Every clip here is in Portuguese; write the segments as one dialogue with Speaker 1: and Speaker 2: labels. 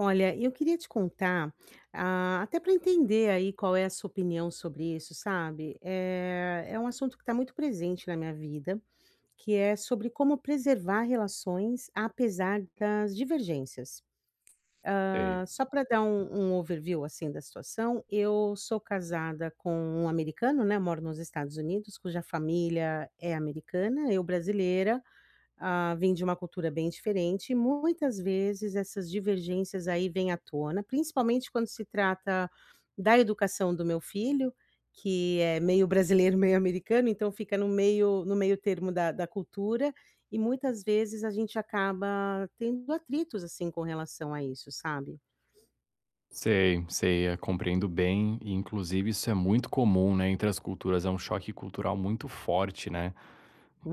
Speaker 1: Olha, eu queria te contar, até para entender aí qual é a sua opinião sobre isso, sabe? É um assunto que está muito presente na minha vida, que é sobre como preservar relações apesar das divergências.
Speaker 2: Sei,
Speaker 1: Só para dar um overview assim da situação, eu sou casada com um americano, né? Moro nos Estados Unidos, cuja família é americana, eu brasileira. Vêm de uma cultura bem diferente e muitas vezes essas divergências aí vêm à tona, principalmente quando se trata da educação do meu filho, que é meio brasileiro, meio americano, então fica no meio termo da cultura, e muitas vezes a gente acaba tendo atritos, assim, com relação a isso, sabe.
Speaker 2: sei, sei, compreendo bem e inclusive isso é muito comum, né, entre as culturas, é um choque cultural muito forte, né.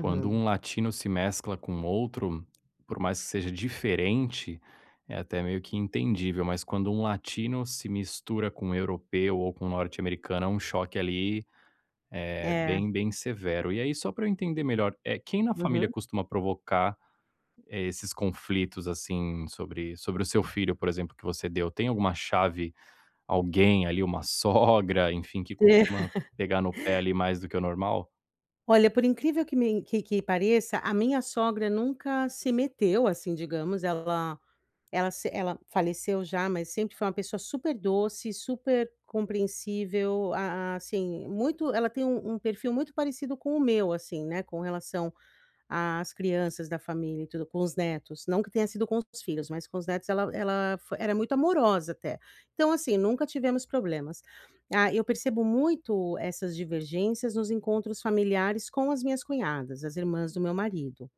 Speaker 2: Quando um latino se mescla com outro, por mais que seja diferente, é até meio que entendível, mas quando um latino se mistura com um europeu ou com um norte-americano, é um choque ali, é
Speaker 1: É.
Speaker 2: bem bem severo. E aí só para eu entender melhor, é quem na família
Speaker 1: Uhum.
Speaker 2: costuma provocar, esses conflitos, assim, sobre o seu filho, por exemplo, que você deu, tem alguma chave, alguém ali, uma sogra, enfim, que costuma pegar no pé ali mais do que o normal?
Speaker 1: Olha, por incrível que me que pareça, a minha sogra nunca se meteu, assim, digamos, ela ela se ela faleceu já, mas sempre foi uma pessoa super doce, super compreensível, a assim, muito ela tem um perfil muito parecido com o meu, assim, né, com relação as crianças da família e tudo, com os netos, não que tenha sido com os filhos, mas com os netos ela ela fo era muito amorosa até. Então, assim, nunca tivemos problemas. Eu percebo muito essas divergências nos encontros familiares com as minhas cunhadas, as irmãs do meu marido.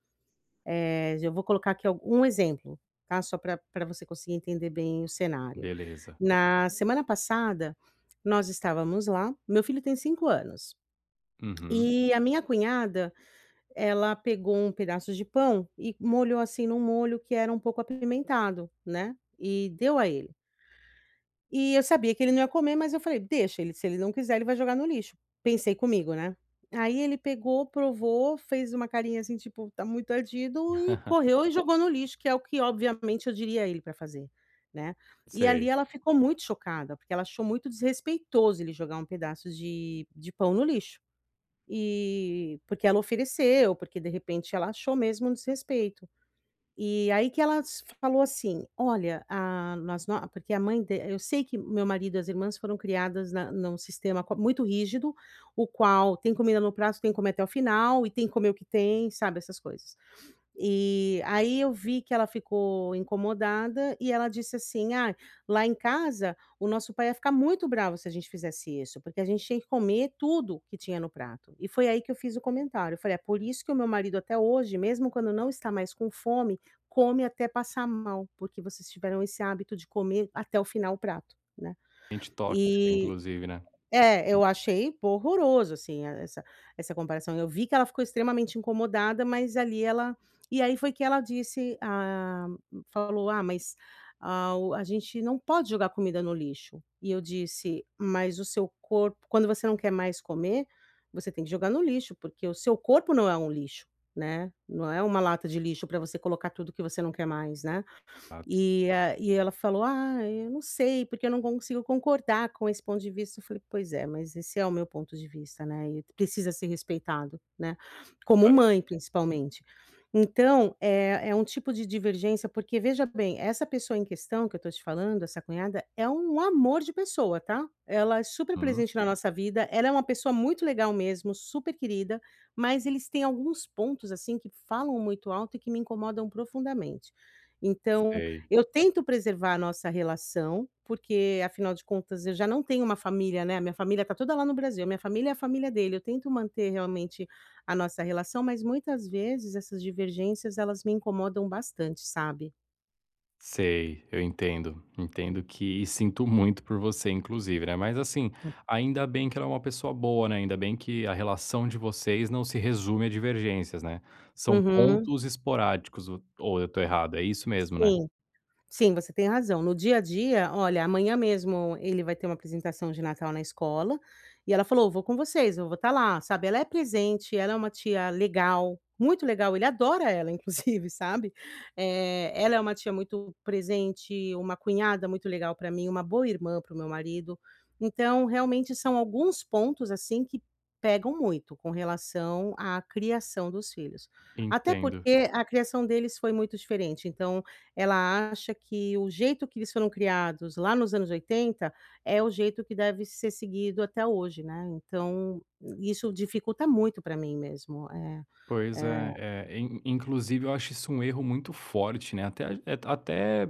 Speaker 1: Eu vou colocar aqui algu um exemplo, tá, só para pra você conseguir entender bem o cenário.
Speaker 2: Beleza.
Speaker 1: Na semana passada, nós estávamos lá, meu filho tem 5 anos,
Speaker 2: Uhum.
Speaker 1: e a minha cunhada ela pegou um pedaço de pão e molhou, assim, num molho que era um pouco apimentado, né, e deu a ele. E eu sabia que ele não ia comer, mas eu falei: "Deixa, ele se ele não quiser, ele vai jogar no lixo", pensei comigo, né. Aí ele pegou, provou, fez uma carinha, assim, tipo: "Tá muito ardido", e correu e jogou no lixo, que é o que obviamente eu diria a ele para fazer, né. E ali
Speaker 2: Sei.
Speaker 1: ela ficou muito chocada, porque ela achou muito desrespeitoso ele jogar um pedaço de pão no lixo. E porque ela ofereceu, porque de repente ela achou mesmo um desrespeito. E aí que ela s falou assim: "Olha, a nós nó", porque a mãe de eu sei que meu marido e as irmãs foram criadas na num sistema co muito rígido, o qual tem comida no prato, tem que comer até o final e tem que comer o que tem, sabe, essas coisas. E aí eu vi que ela ficou incomodada e ela disse assim: Lá em casa o nosso pai ia ficar muito bravo se a gente fizesse isso, porque a gente tinha que comer tudo que tinha no prato". E foi aí que eu fiz o comentário, eu falei: "É por isso que o meu marido até hoje, mesmo quando não está mais com fome, come até passar mal, porque vocês tiveram esse hábito de comer até o final o prato, né".
Speaker 2: Gente tóxica,
Speaker 1: E
Speaker 2: inclusive, né.
Speaker 1: é, eu achei horroroso, assim, a essa essa comparação. Eu vi que ela ficou extremamente incomodada, mas ali ela e aí foi que ela disse, falou: "Ah, mas, o a gente não pode jogar comida no lixo". E eu disse: "Mas o seu corpo quando você não quer mais comer, você tem que jogar no lixo, porque o seu corpo não é um lixo, né, não é uma lata de lixo para você colocar tudo que você não quer mais, né".
Speaker 2: Exato.
Speaker 1: E ela falou: "Ah, eu não sei, porque eu não consigo concordar com esse ponto de vista". Eu falei: "Pois é, mas esse é o meu ponto de vista, né, e precisa ser respeitado, né, como mãe principalmente". Então, é um tipo de divergência, porque veja bem, essa pessoa em questão que eu tô te falando, essa cunhada, é um amor de pessoa, tá. Ela é super
Speaker 2: Uhum.
Speaker 1: presente na nossa vida, ela é uma pessoa muito legal mesmo, super querida, mas eles têm alguns pontos, assim, que falam muito alto e que me incomodam profundamente. Então
Speaker 2: Sei,
Speaker 1: eu tento preservar a nossa relação, porque afinal de contas eu já não tenho uma família, né, a minha família está toda lá no Brasil, a minha família é a família dele, eu tento manter realmente a nossa relação, mas muitas vezes essas divergências elas me incomodam bastante, sabe.
Speaker 2: sei, eu entendo. Entendo que e sinto muito por você, inclusive, né. Mas assim, ainda bem que ela é uma pessoa boa, né, ainda bem que a relação de vocês não se resume a divergências, né. São
Speaker 1: Uhum,
Speaker 2: pontos esporádicos, ou eu tô errado? É isso mesmo, né?
Speaker 1: sim. Sim, você tem razão. No dia a dia, olha, amanhã mesmo ele vai ter uma apresentação de Natal na escola, e ela falou: "Vou com vocês, eu vou estar lá", sabe. Ela é presente, ela é uma tia legal, muito legal, ele adora ela inclusive, sabe. Ela é uma tia muito presente, uma cunhada muito legal para mim, uma boa irmã para o meu marido. Então, realmente são alguns pontos, assim, que pegam muito com relação à criação dos filhos. Até
Speaker 2: Entendo.
Speaker 1: porque a criação deles foi muito diferente, então ela acha que o jeito que eles foram criados lá nos anos 80 é o jeito que deve ser seguido até hoje, né, então isso dificulta muito pra mim mesmo. É,
Speaker 2: Pois
Speaker 1: é.
Speaker 2: é, inclusive eu acho isso um erro muito forte, né? Até, até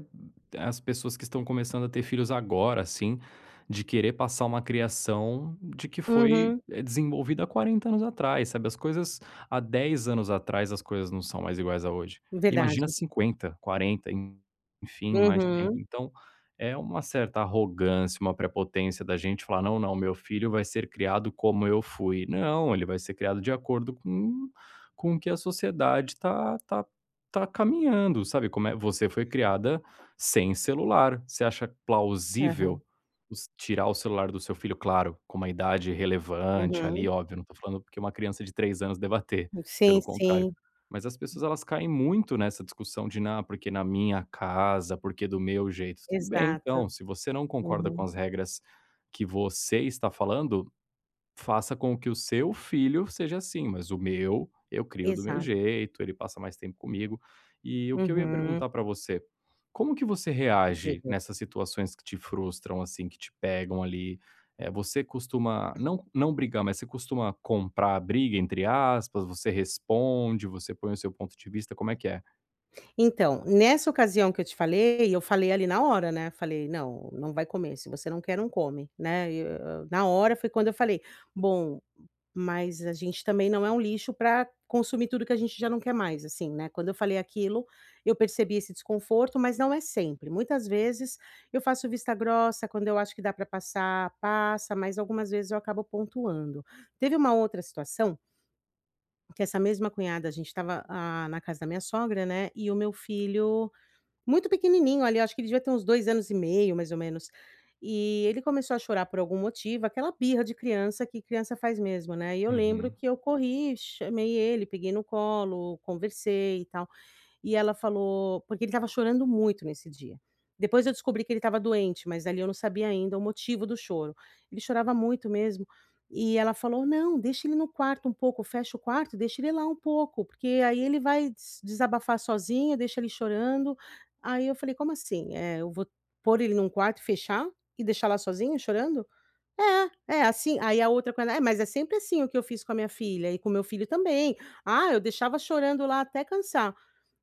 Speaker 2: as pessoas que estão começando a ter filhos agora, assim, de querer passar uma criação de que foi
Speaker 1: Uhum.
Speaker 2: desenvolvida há 40 anos atrás, sabe? As coisas, há 10 anos atrás, as coisas não são mais iguais a hoje. Imagina
Speaker 1: Verdade.
Speaker 2: 50 40 enfim, mais tempo.
Speaker 1: Uhum.
Speaker 2: Então, é uma certa arrogância, uma prepotência da gente falar: não, não, meu filho vai ser criado como eu fui. Não, ele vai ser criado de acordo com o que a sociedade tá caminhando, sabe, como é você foi criada sem celular. Você acha plausível
Speaker 1: Aham.
Speaker 2: os tirar o celular do seu filho? Claro, com uma idade relevante ali,
Speaker 1: Uhum.
Speaker 2: óbvio, não tô falando porque uma criança de 3 anos deva ter, pelo
Speaker 1: Sim,
Speaker 2: contrário.
Speaker 1: sim.
Speaker 2: Mas as pessoas elas caem muito nessa discussão de: "Não, porque na minha casa, porque do meu jeito". Tudo bem,
Speaker 1: Exato.
Speaker 2: então, se você não concorda com
Speaker 1: Uhum.
Speaker 2: as regras que você está falando, faça com que o seu filho seja assim, mas o meu, eu crio do meu
Speaker 1: Exato.
Speaker 2: jeito, ele passa mais tempo comigo. E o que eu ia
Speaker 1: Uhum.
Speaker 2: perguntar pra você, como que você reage
Speaker 1: Diga.
Speaker 2: nessas situações que te frustram, assim, que te pegam ali? Você costuma não não brigar, mas você costuma comprar a briga, entre aspas, você responde, você põe o seu ponto de vista, como é que é?
Speaker 1: Então, nessa ocasião que eu te falei, eu falei ali na hora, né, falei: "Não, não vai comer, se você não quer não come", né, e eu na hora foi quando eu falei: "Bom, mas a gente também não é um lixo para consumir tudo que a gente já não quer mais", assim, né. Quando eu falei aquilo, eu percebi esse desconforto, mas não é sempre. Muitas vezes eu faço vista grossa, quando eu acho que dá para passar, passa, mas algumas vezes eu acabo pontuando. Teve uma outra situação, que essa mesma cunhada a gente estava, na casa da minha sogra, né, e o meu filho muito pequenininho ali, acho que ele devia ter uns 2 anos e meio, mais ou menos. E ele começou a chorar por algum motivo, aquela birra de criança, que criança faz mesmo, né. E eu lembro
Speaker 2: Uhum,
Speaker 1: que eu corri, chamei ele, peguei no colo, conversei e tal. E ela falou porque ele estava chorando muito nesse dia. Depois eu descobri que ele estava doente, mas ali eu não sabia ainda o motivo do choro. Ele chorava muito mesmo. E ela falou: "Não, deixa ele no quarto um pouco, fecha o quarto, deixa ele lá um pouco, porque aí ele vai desabafar sozinho, deixa ele chorando". Aí eu falei: "Como assim? Eu vou pôr ele num quarto e fechar? E deixar lá sozinho chorando?". É, é assim aí a outra coisa, "É, mas é sempre assim o que eu fiz com a minha filha e com meu filho também. Ah, eu deixava chorando lá até cansar".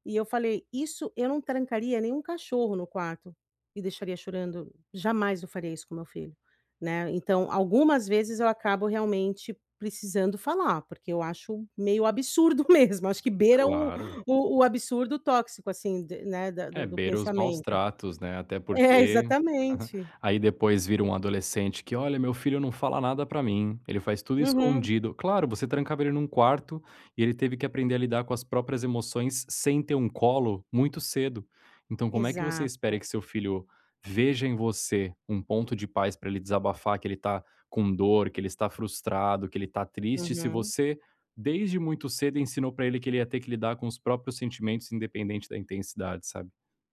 Speaker 1: E eu falei: "Isso eu não trancaria nenhum cachorro no quarto e deixaria chorando, jamais eu faria isso com meu filho", né. Então, algumas vezes eu acabo realmente precisando falar, porque eu acho meio absurdo mesmo, acho que beira o
Speaker 2: claro.
Speaker 1: o o absurdo tóxico, assim, de né, da
Speaker 2: É,
Speaker 1: do
Speaker 2: beira os maus
Speaker 1: pensamento.
Speaker 2: tratos, né, até
Speaker 1: É,
Speaker 2: porque
Speaker 1: exatamente.
Speaker 2: aí depois vira um adolescente que: "Olha, meu filho não fala nada pra mim, ele faz tudo
Speaker 1: Uhum.
Speaker 2: escondido". Claro, você trancava ele num quarto e ele teve que aprender a lidar com as próprias emoções sem ter um colo muito cedo. Então como é que você espera
Speaker 1: Exato.
Speaker 2: que seu filho veja em você um ponto de paz pra ele desabafar que ele tá com dor, que ele está frustrado, que ele tá triste, se
Speaker 1: Uhum.
Speaker 2: você desde muito cedo ensinou pra ele que ele ia ter que lidar com os próprios sentimentos independente da intensidade, sabe?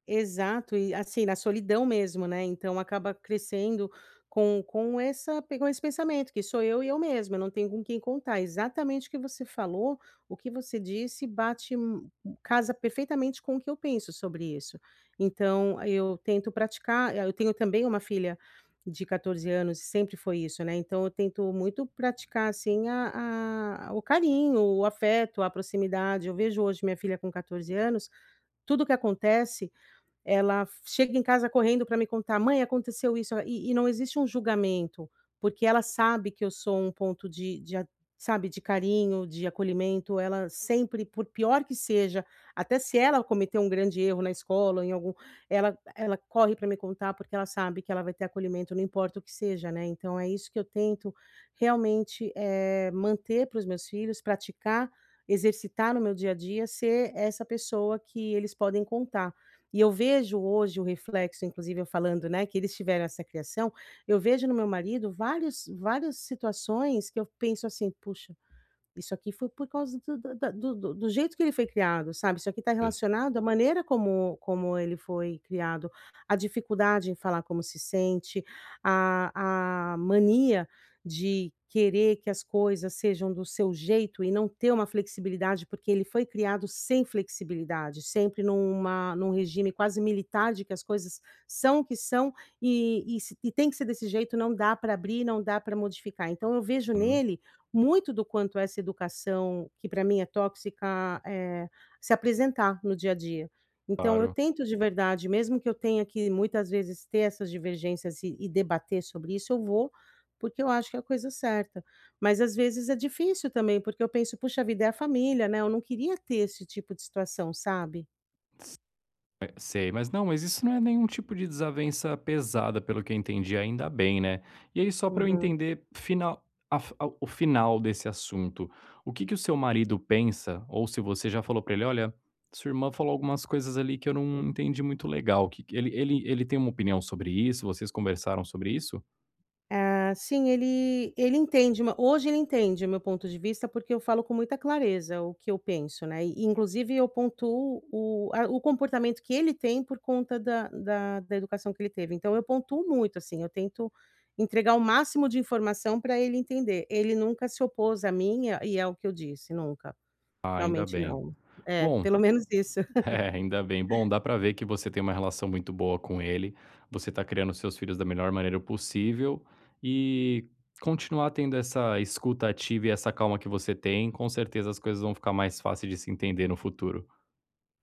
Speaker 1: Exato, e assim, na solidão mesmo, né, então acaba crescendo com essa com esse pensamento que sou eu e eu mesma, eu não tenho com quem contar. Exatamente o que você falou, o que você disse bate mu- casa perfeitamente com o que eu penso sobre isso. Então eu tento praticar eu tenho também uma filha de 14 anos e sempre foi isso, né, então eu tento muito praticar, assim, a o carinho, o afeto, a proximidade. Eu vejo hoje minha filha com 14 anos, tudo que acontece ela chega em casa correndo para me contar: "Mãe, aconteceu isso", e não existe um julgamento, porque ela sabe que eu sou um ponto de de a, sabe, de carinho, de acolhimento. Ela sempre, por pior que seja, até se ela cometer um grande erro na escola, em algum ela corre para me contar, porque ela sabe que ela vai ter acolhimento, não importa o que seja, né. Então é isso que eu tento realmente, manter para os meus filhos, praticar, exercitar no meu dia a dia, ser essa pessoa que eles podem contar. E eu vejo hoje o reflexo, inclusive eu falando, né, que eles tiveram essa criação, eu vejo no meu marido vários várias situações que eu penso assim: "Puxa". Isso aqui foi por causa do da da do do do jeito que ele foi criado, sabe, isso aqui está relacionado à maneira como ele foi criado, a dificuldade em falar como se sente, a mania de querer que as coisas sejam do seu jeito e não ter uma flexibilidade, porque ele foi criado sem flexibilidade, sempre num regime quase militar de que as coisas são o que são e se e tem que ser desse jeito, não dá para abrir, não dá para modificar. Então eu vejo
Speaker 2: Hum,
Speaker 1: nele muito do quanto essa educação, que para mim é tóxica, se apresentar no dia a dia. Então eu
Speaker 2: claro.
Speaker 1: tento de verdade, mesmo que eu tenha que muitas vezes ter essas divergências e debater sobre isso, eu vou, porque eu acho que é a coisa certa. Mas às vezes é difícil também, porque eu penso: "Puxa vida, é a família, né, eu não queria ter esse tipo de situação", sabe?
Speaker 2: S Sei, mas não, mas isso não é nenhum tipo de desavença pesada, pelo que eu entendi, ainda bem, né. E aí só para eu
Speaker 1: Uhum.
Speaker 2: entender final a f a o final desse assunto, o que que o seu marido pensa, ou se você já falou para ele: "Olha, sua irmã falou algumas coisas ali que eu não entendi muito legal", que ele tem uma opinião sobre isso, vocês conversaram sobre isso?
Speaker 1: Ah, sim, ele entende o meu ponto de vista, porque eu falo com muita clareza o que eu penso, né, e inclusive eu pontuo o comportamento que ele tem por conta da educação que ele teve. Então eu pontuo muito, assim, eu tento entregar o máximo de informação para ele entender. Ele nunca se opôs a mim e ao que eu disse, nunca.
Speaker 2: Ah, ainda
Speaker 1: Realmente
Speaker 2: bem.
Speaker 1: não. É,
Speaker 2: Bom.
Speaker 1: pelo menos isso.
Speaker 2: É, ainda bem. Bom, dá pra ver que você tem uma relação muito boa com ele, você tá criando seus filhos da melhor maneira possível e continuar tendo essa escuta ativa e essa calma que você tem, com certeza as coisas vão ficar mais fáceis de se entender no futuro.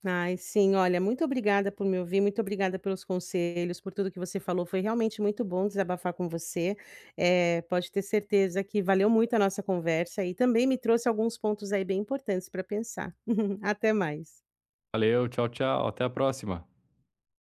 Speaker 1: Ai, sim. Olha, muito obrigada por me ouvir, muito obrigada pelos conselhos, por tudo que você falou. Foi realmente muito bom desabafar com você. Pode ter certeza que valeu muito a nossa conversa e também me trouxe alguns pontos aí bem importantes para pensar. Até mais.
Speaker 2: Valeu, tchau, tchau, até a próxima.